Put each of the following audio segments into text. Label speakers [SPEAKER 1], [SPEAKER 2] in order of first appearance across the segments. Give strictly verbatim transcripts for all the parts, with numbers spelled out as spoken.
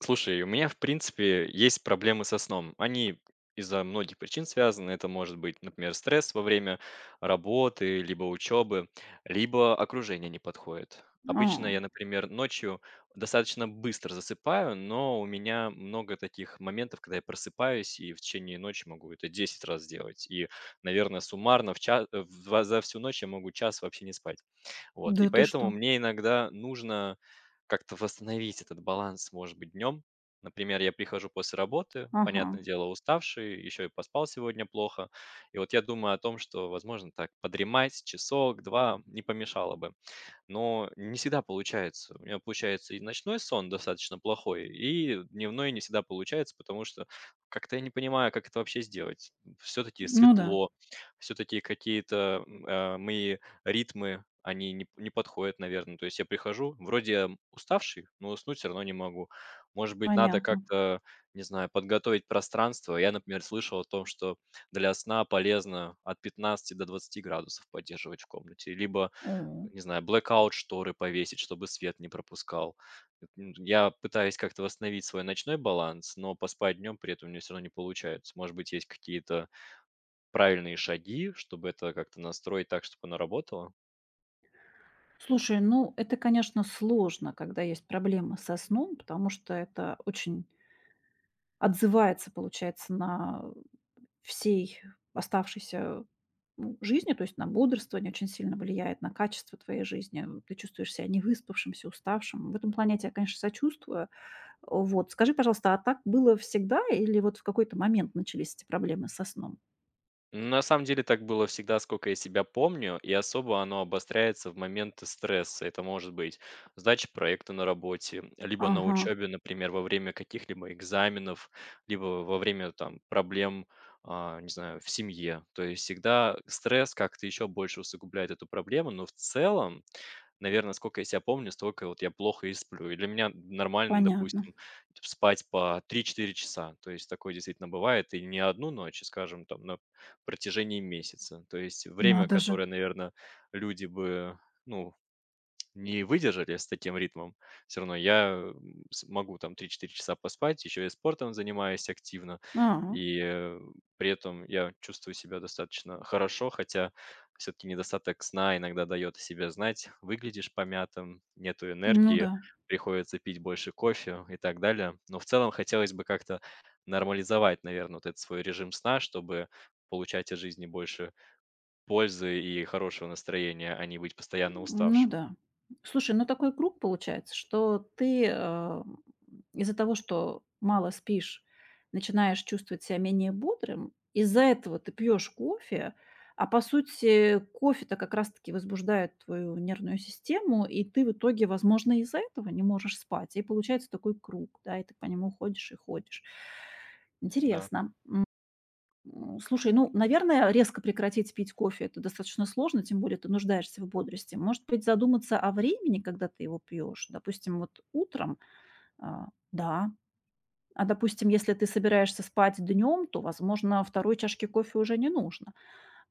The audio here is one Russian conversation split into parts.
[SPEAKER 1] Слушай, у меня, в принципе, есть проблемы со сном. Они из-за многих причин связаны. Это может быть, например, стресс во время работы либо учебы, либо окружение не подходит. Обычно
[SPEAKER 2] А,
[SPEAKER 1] я, например, ночью достаточно быстро засыпаю, но у меня много таких моментов, когда я просыпаюсь и в течение ночи могу это десять раз сделать. И, наверное, суммарно в час, за всю ночь я могу час вообще не спать. Вот.
[SPEAKER 2] да
[SPEAKER 1] И
[SPEAKER 2] ты
[SPEAKER 1] поэтому
[SPEAKER 2] что?
[SPEAKER 1] мне иногда нужно как-то восстановить этот баланс, может быть, днем. Например, я прихожу после работы,
[SPEAKER 2] Ага.
[SPEAKER 1] понятное дело, уставший, еще и поспал сегодня плохо. И вот я думаю о том, что, возможно, так подремать часок-два не помешало бы. Но не всегда получается. У меня получается и ночной сон достаточно плохой, и дневной не всегда получается, потому что как-то я не понимаю, как это вообще сделать. Все-таки
[SPEAKER 2] Ну да,
[SPEAKER 1] светло, все-таки какие-то м, э, мои ритмы, они не не подходят, наверное. То есть я прихожу, вроде я уставший, но уснуть все равно не могу. Может быть, надо
[SPEAKER 2] понятно.
[SPEAKER 1] как-то, не знаю, подготовить пространство. Я, например, слышал о том, что для сна полезно от пятнадцати до двадцати градусов поддерживать в комнате, либо,
[SPEAKER 2] О.
[SPEAKER 1] не знаю, blackout шторы повесить, чтобы свет не пропускал. Эт Я пытаюсь как-то восстановить свой ночной баланс, но поспать днем при этом у меня всё равно не получается. Может быть, есть какие-то правильные шаги, чтобы это как-то настроить так, чтобы оно работало?
[SPEAKER 2] Слушай, ну это, конечно, сложно, когда есть проблемы со сном, потому что это очень отзывается, получается, на всей оставшейся, ну, жизни, то есть на бодрствование очень сильно влияет, на качество твоей жизни. Ты чувствуешь себя невыспавшимся, уставшим. В этом плане я тебя, конечно, сочувствую. Вот, скажи, пожалуйста, а так было всегда или вот в какой-то момент начались эти проблемы со сном?
[SPEAKER 1] На самом деле так было всегда, сколько я себя помню, и особо оно обостряется в моменты стресса. Это может быть сдача проекта на работе, либо на
[SPEAKER 2] Ага,
[SPEAKER 1] учебе, например, во время каких-либо экзаменов, либо во время там проблем, а, не знаю, в семье. То есть всегда стресс как-то еще больше усугубляет эту проблему, но в целом, наверное, сколько я себя помню, столько вот я плохо и сплю. И для меня нормально,
[SPEAKER 2] понятно.
[SPEAKER 1] допустим, спать по три-четыре часа. То есть такое действительно бывает, и не одну ночь, а, скажем, там на протяжении месяца. То есть время,
[SPEAKER 2] Надо же.
[SPEAKER 1] которое, наверное, люди бы, ну, не выдержали с таким ритмом. Все равно я, м, с могу там три-четыре часа поспать, еще и спортом занимаюсь активно,
[SPEAKER 2] А,
[SPEAKER 1] и, э, при этом я чувствую себя достаточно хорошо, хотя все таки недостаток сна иногда дает о себе знать. Выглядишь помятым, нету
[SPEAKER 2] ну
[SPEAKER 1] энергии,
[SPEAKER 2] да,
[SPEAKER 1] приходится пить больше кофе и так далее. Но в целом хотелось бы как-то нормализовать, наверное, вот этот свой режим сна, чтобы получать от жизни больше пользы и хорошего настроения, а не быть постоянно
[SPEAKER 2] ну
[SPEAKER 1] уставшим.
[SPEAKER 2] да. Слушай, ну такой круг получается, что ты, э, из-за того, что мало спишь, начинаешь чувствовать себя менее бодрым. Из-за этого ты пьешь кофе, а по сути кофе-то как раз-таки возбуждает твою нервную систему, и ты в итоге, возможно, из-за этого не можешь спать. И получается такой круг, да, и ты по нему ходишь и ходишь.
[SPEAKER 1] Да.
[SPEAKER 2] Интересно. М, слушай, ну, наверное, резко прекратить пить кофе — это достаточно сложно, тем более ты нуждаешься в бодрости. Может быть, задуматься о времени, когда ты его пьешь. Допустим, вот утром, а, да. А, допустим, если ты собираешься спать днем, то, возможно, второй чашки кофе уже не нужно.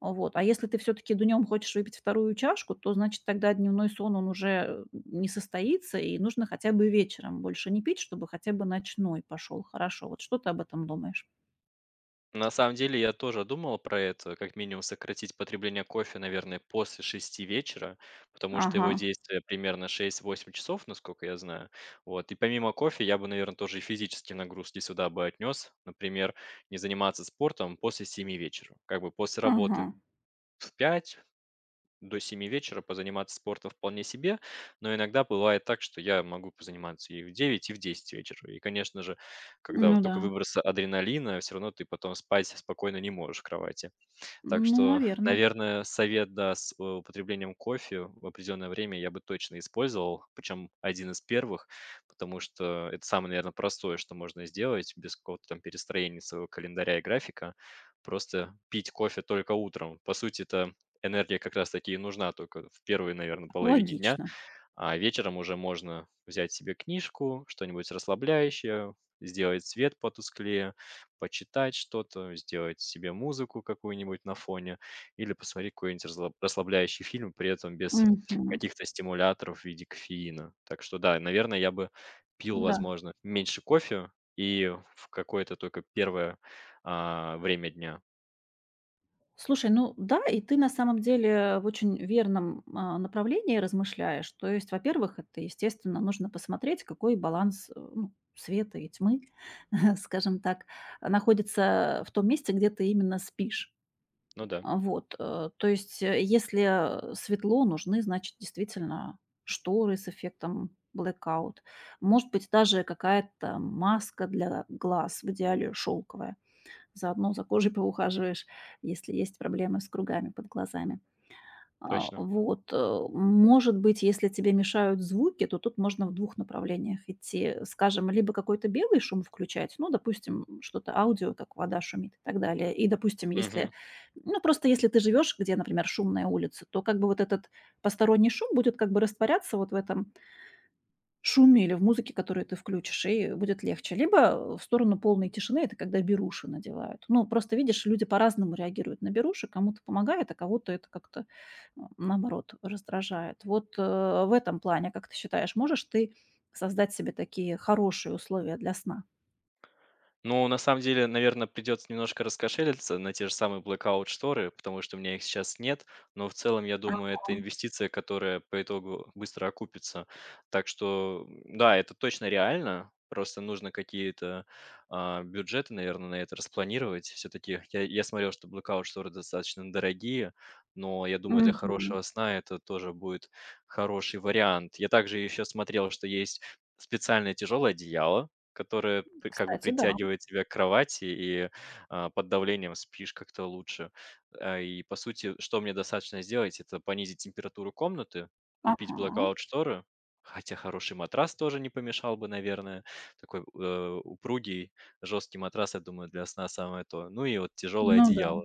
[SPEAKER 2] Вот. А если ты все-таки днем хочешь выпить вторую чашку, то, значит, тогда дневной сон, он уже э, не состоится, и нужно хотя бы вечером больше не пить, чтобы хотя бы ночной пошел хорошо. Вот что ты об этом думаешь?
[SPEAKER 1] На самом деле я тоже думал про это, как минимум сократить потребление кофе, наверное, после шести вечера, потому что
[SPEAKER 2] Ага,
[SPEAKER 1] его действие примерно шесть-восемь часов, насколько я знаю. Вот. И помимо кофе я бы, наверное, тоже и физические нагрузки сюда бы отнес. Например, не заниматься спортом после семи вечера. Как бы после работы
[SPEAKER 2] ага.
[SPEAKER 1] в пять до семи вечера позаниматься спортом вполне себе, но иногда бывает так, что я могу позаниматься и в девять, и в десять вечера. И, конечно же, когда вот
[SPEAKER 2] Ну да.
[SPEAKER 1] только выбросы адреналина, все равно ты потом спать спокойно не можешь в кровати. Так
[SPEAKER 2] Ну,
[SPEAKER 1] что,
[SPEAKER 2] наверное,
[SPEAKER 1] наверное, совет, да, с э, употреблением кофе в определенное время я бы точно использовал, причем один из первых, потому что это самое, наверное, простое, что можно сделать без какого-то там перестроения своего календаря и графика. Просто пить кофе только утром. По сути, это энергия как раз-таки и нужна только в первой, наверное, половине дня,
[SPEAKER 2] логично.
[SPEAKER 1] а вечером уже можно взять себе книжку, что-нибудь расслабляющее, сделать свет потусклее, почитать что-то, сделать себе музыку какую-нибудь на фоне или посмотреть какой-нибудь разлаб- расслабляющий фильм, при этом без
[SPEAKER 2] Мгм.
[SPEAKER 1] каких-то стимуляторов в виде кофеина. Так что да, наверное, я бы пил,
[SPEAKER 2] Да.
[SPEAKER 1] возможно, меньше кофе и в какое-то только первое а, время дня.
[SPEAKER 2] Слушай, ну да, и ты на самом деле в очень верном, а, направлении размышляешь. То есть, во-первых, это, естественно, нужно посмотреть, какой баланс, э, ну, света и тьмы, скажем так, находится в том месте, где ты именно спишь.
[SPEAKER 1] Ну да,
[SPEAKER 2] А, вот, э, то есть, э, если, э, светло, нужны, значит, действительно шторы с эффектом blackout. Может быть, даже какая-то маска для глаз, в идеале шелковая. Заодно за кожей поухаживаешь, если есть проблемы с кругами под глазами. А,
[SPEAKER 1] точно.
[SPEAKER 2] вот, э, может быть, если тебе мешают звуки, то тут можно в двух направлениях идти. Скажем, либо какой-то белый шум включать, ну, допустим, что-то аудио, как вода шумит и так далее. И, допустим, если,
[SPEAKER 1] Мгм.
[SPEAKER 2] ну, просто если ты живешь, где, например, шумная улица, то как бы вот этот посторонний шум будет как бы растворяться вот в этом шуме или в музыке, которую ты включишь, и будет легче. Либо в сторону полной тишины — это когда беруши надевают. Ну, просто, видишь, люди по-разному реагируют на беруши. Кому-то помогает, а кого-то это как-то, м, наоборот, раздражает. Вот, э, в этом плане, как ты считаешь, можешь ты создать себе такие хорошие условия для сна?
[SPEAKER 1] Ну, на самом деле, наверное, придется немножко раскошелиться на те же самые blackout-шторы, потому что у меня их сейчас нет, но в целом, я думаю, это инвестиция, которая по итогу быстро окупится. Так что, м, да, это точно реально, просто нужно какие-то, а, бюджеты, наверное, на это распланировать. Все-таки я я смотрел, что blackout-шторы достаточно дорогие, но я думаю, для
[SPEAKER 2] Мгм.
[SPEAKER 1] хорошего сна это тоже будет хороший вариант. Я также еще смотрел, что есть специальное тяжелое одеяло, которая п как бы
[SPEAKER 2] Кстати, да.
[SPEAKER 1] притягивает тебя к кровати и, а, под давлением спишь как-то лучше. А, и по сути, что мне достаточно сделать — это понизить температуру комнаты, купить
[SPEAKER 2] Ага.
[SPEAKER 1] блэкаут-шторы, хотя хороший матрас тоже не помешал бы, наверное. Такой, э, упругий, жесткий матрас, я думаю, для сна самое то. Ну и вот тяжелое
[SPEAKER 2] Ну да,
[SPEAKER 1] одеяло.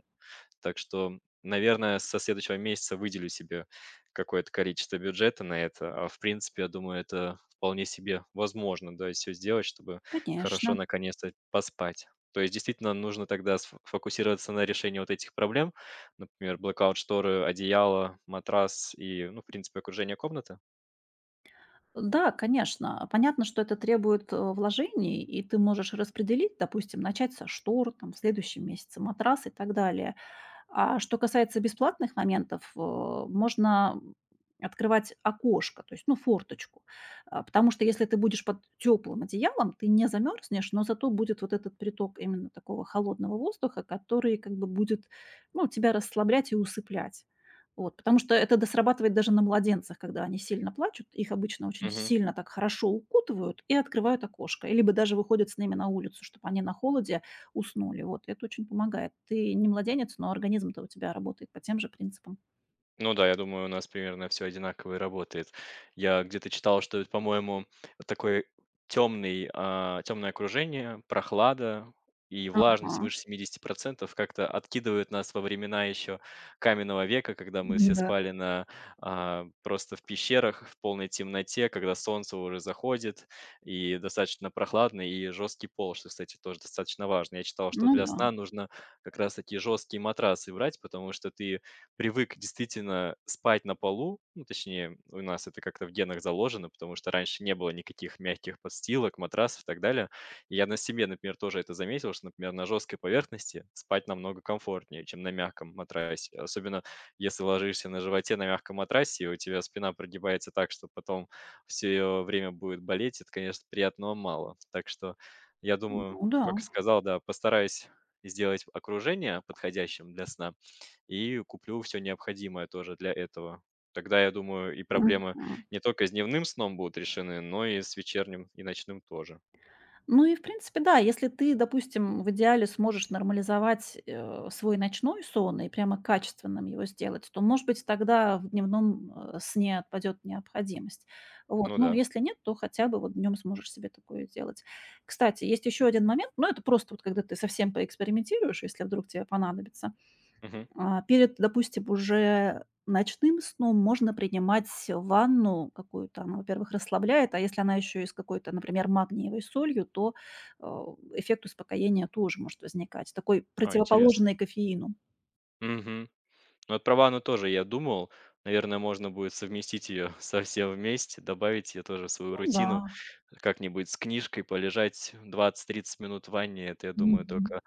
[SPEAKER 1] Так что, наверное, со следующего месяца выделю себе какое-то количество бюджета на это. А в принципе, я думаю, это вполне себе возможно, да, все сделать, чтобы хорошо
[SPEAKER 2] конечно.
[SPEAKER 1] наконец-то поспать. То есть действительно нужно тогда сф- фокусироваться на решении вот этих проблем, например, blackout шторы, одеяло, матрас и, ну, в принципе, окружение комнаты.
[SPEAKER 2] Да, конечно. Понятно, что это требует э, вложений, и ты можешь распределить, допустим, начать со штор, там, в следующем месяце матрас и так далее. А что касается бесплатных моментов, э, можно открывать окошко, то есть, ну, форточку. А, потому что если ты будешь под теплым одеялом, ты не замерзнешь, но зато будет вот этот приток именно такого холодного воздуха, который как бы будет, ну, тебя расслаблять и усыплять. Вот, потому что это досрабатывает даже на младенцах, когда они сильно плачут. Их обычно очень
[SPEAKER 1] Мгм.
[SPEAKER 2] сильно так хорошо укутывают и открывают окошко. И либо даже выходят с ними на улицу, чтобы они на холоде уснули. Вот это очень помогает. Ты не младенец, но организм-то у тебя работает по тем же принципам.
[SPEAKER 1] Ну да, я думаю, у нас примерно все одинаково и работает. Я где-то читал, что это, по-моему, вот такой темный, а, темное окружение, прохлада и влажность
[SPEAKER 2] Ага.
[SPEAKER 1] выше семидесяти процентов как-то откидывают нас во времена еще каменного века, когда мы
[SPEAKER 2] Ну
[SPEAKER 1] все
[SPEAKER 2] да.
[SPEAKER 1] спали на, а, просто в пещерах, в полной темноте, когда солнце уже заходит, и достаточно прохладно, и жесткий пол, что, кстати, тоже достаточно важно. Я читал, что
[SPEAKER 2] Ну
[SPEAKER 1] для
[SPEAKER 2] да.
[SPEAKER 1] сна нужно как раз таки жесткие матрасы брать, потому что ты привык действительно спать на полу. Ну, точнее, у нас это как-то в генах заложено, потому что раньше не было никаких мягких подстилок, матрасов и так далее. И я на себе, например, тоже это заметил, что, например, на жесткой поверхности спать намного комфортнее, чем на мягком матрасе. Особенно если ложишься на животе на мягком матрасе, и у тебя спина прогибается так, что потом все время будет болеть, это, конечно, приятного мало. Так что я думаю,
[SPEAKER 2] Ну да.
[SPEAKER 1] как и сказал, да, постараюсь сделать окружение подходящим для сна и куплю все необходимое тоже для этого. Тогда, я думаю, и проблемы
[SPEAKER 2] Мгм.
[SPEAKER 1] не только с дневным сном будут решены, но и с вечерним и ночным тоже.
[SPEAKER 2] Ну и, в принципе, да, если ты, допустим, в идеале сможешь нормализовать, э, свой ночной сон и прямо качественным его сделать, то, может быть, тогда в дневном, э, сне отпадет необходимость. Вот.
[SPEAKER 1] Ну
[SPEAKER 2] Ну,
[SPEAKER 1] да.
[SPEAKER 2] если нет, то хотя бы вот днем сможешь себе такое делать. Кстати, есть еще один момент, но это просто вот когда ты совсем поэкспериментируешь, если вдруг тебе понадобится.
[SPEAKER 1] Мгм.
[SPEAKER 2] А, перед, допустим, уже ночным сном можно принимать ванну какую-то. Она, во-первых, расслабляет, а если она еще и с какой-то, например, магниевой солью, то, э, эффект успокоения тоже может возникать, такой
[SPEAKER 1] А, интересно.
[SPEAKER 2] противоположный кофеину.
[SPEAKER 1] Мгм. Ну, вот про ванну тоже я думал. Наверное, можно будет совместить ее со всем вместе, добавить ее тоже в свою
[SPEAKER 2] Ну да.
[SPEAKER 1] рутину. Как-нибудь с книжкой полежать двадцать тридцать минут в ванне, это, я думаю,
[SPEAKER 2] Мгм.
[SPEAKER 1] только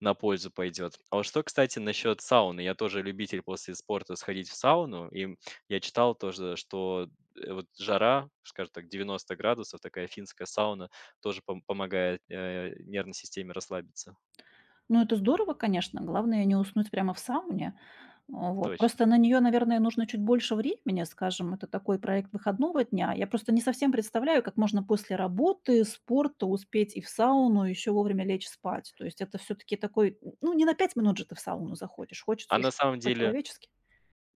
[SPEAKER 1] на пользу пойдет. А вот что, кстати, насчет сауны? Я тоже любитель после спорта сходить в сауну. И я читал тоже, что э, вот жара, скажем так, девяносто градусов, такая финская сауна, тоже пом- помогает э, нервной системе расслабиться.
[SPEAKER 2] Ну, это здорово, конечно. Главное не уснуть прямо в сауне. А, вот.
[SPEAKER 1] Точно.
[SPEAKER 2] Просто на нее, наверное, нужно чуть больше времени, скажем, это такой проект выходного дня. Я просто не совсем представляю, как можно после работы, спорта успеть и в сауну, еще вовремя лечь спать. То есть это все-таки такой, ну, не на пять минут же ты в сауну заходишь,
[SPEAKER 1] А
[SPEAKER 2] хочется
[SPEAKER 1] на
[SPEAKER 2] уж
[SPEAKER 1] самом деле
[SPEAKER 2] по-человечески.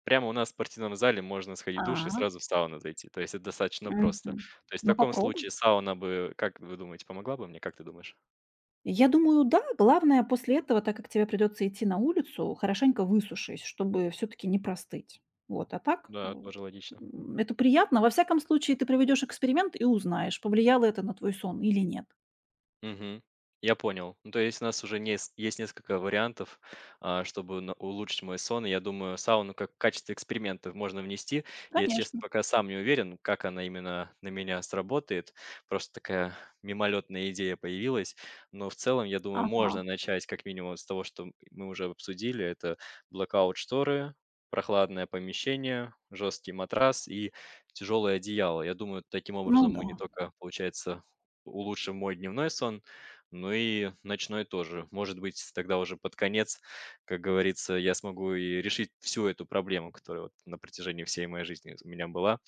[SPEAKER 1] прямо у нас в спортивном зале можно сходить в душ
[SPEAKER 2] А,
[SPEAKER 1] и сразу в сауну зайти. То есть это достаточно просто.
[SPEAKER 2] мгм.
[SPEAKER 1] То есть в
[SPEAKER 2] Ну
[SPEAKER 1] таком случае
[SPEAKER 2] попробуй.
[SPEAKER 1] сауна бы, как вы думаете, помогла бы мне? Как ты думаешь?
[SPEAKER 2] Я думаю, да. Главное, после этого, так как тебе придется идти на улицу, хорошенько высушись, чтобы все-таки не простыть. Вот. А так
[SPEAKER 1] Да,
[SPEAKER 2] м,
[SPEAKER 1] тоже логично.
[SPEAKER 2] м, это приятно. Во всяком случае, ты проведешь эксперимент и узнаешь, повлияло это на твой сон или нет.
[SPEAKER 1] Мгм. Я понял. Ну, то есть у нас уже нес- есть несколько вариантов, а, чтобы на- улучшить мой сон. И я думаю, сауну как в качестве экспериментов можно внести. Я, если честно,
[SPEAKER 2] Конечно.
[SPEAKER 1] пока сам не уверен, как она именно на меня сработает. Просто такая мимолетная идея появилась. Но в целом, я думаю,
[SPEAKER 2] Ага.
[SPEAKER 1] можно начать как минимум с того, что мы уже обсудили. Это блокаут шторы, прохладное помещение, жесткий матрас и тяжелое одеяло. Я думаю, таким
[SPEAKER 2] Ну
[SPEAKER 1] образом
[SPEAKER 2] да,
[SPEAKER 1] мы не только, получается, улучшим мой дневной сон, ну и ночной тоже. Может быть, тогда уже под конец, как говорится, я смогу и решить всю эту проблему, которая вот на протяжении всей моей жизни у меня была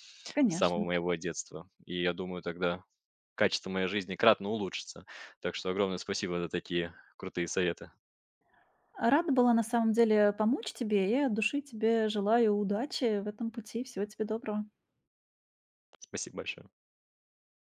[SPEAKER 1] с самого
[SPEAKER 2] конечно.
[SPEAKER 1] моего детства. И я думаю, тогда качество моей жизни кратно улучшится. Так что огромное спасибо за такие крутые советы.
[SPEAKER 2] Рада была на самом деле помочь тебе и от души тебе желаю удачи в этом пути. Всего тебе доброго.
[SPEAKER 1] Спасибо большое.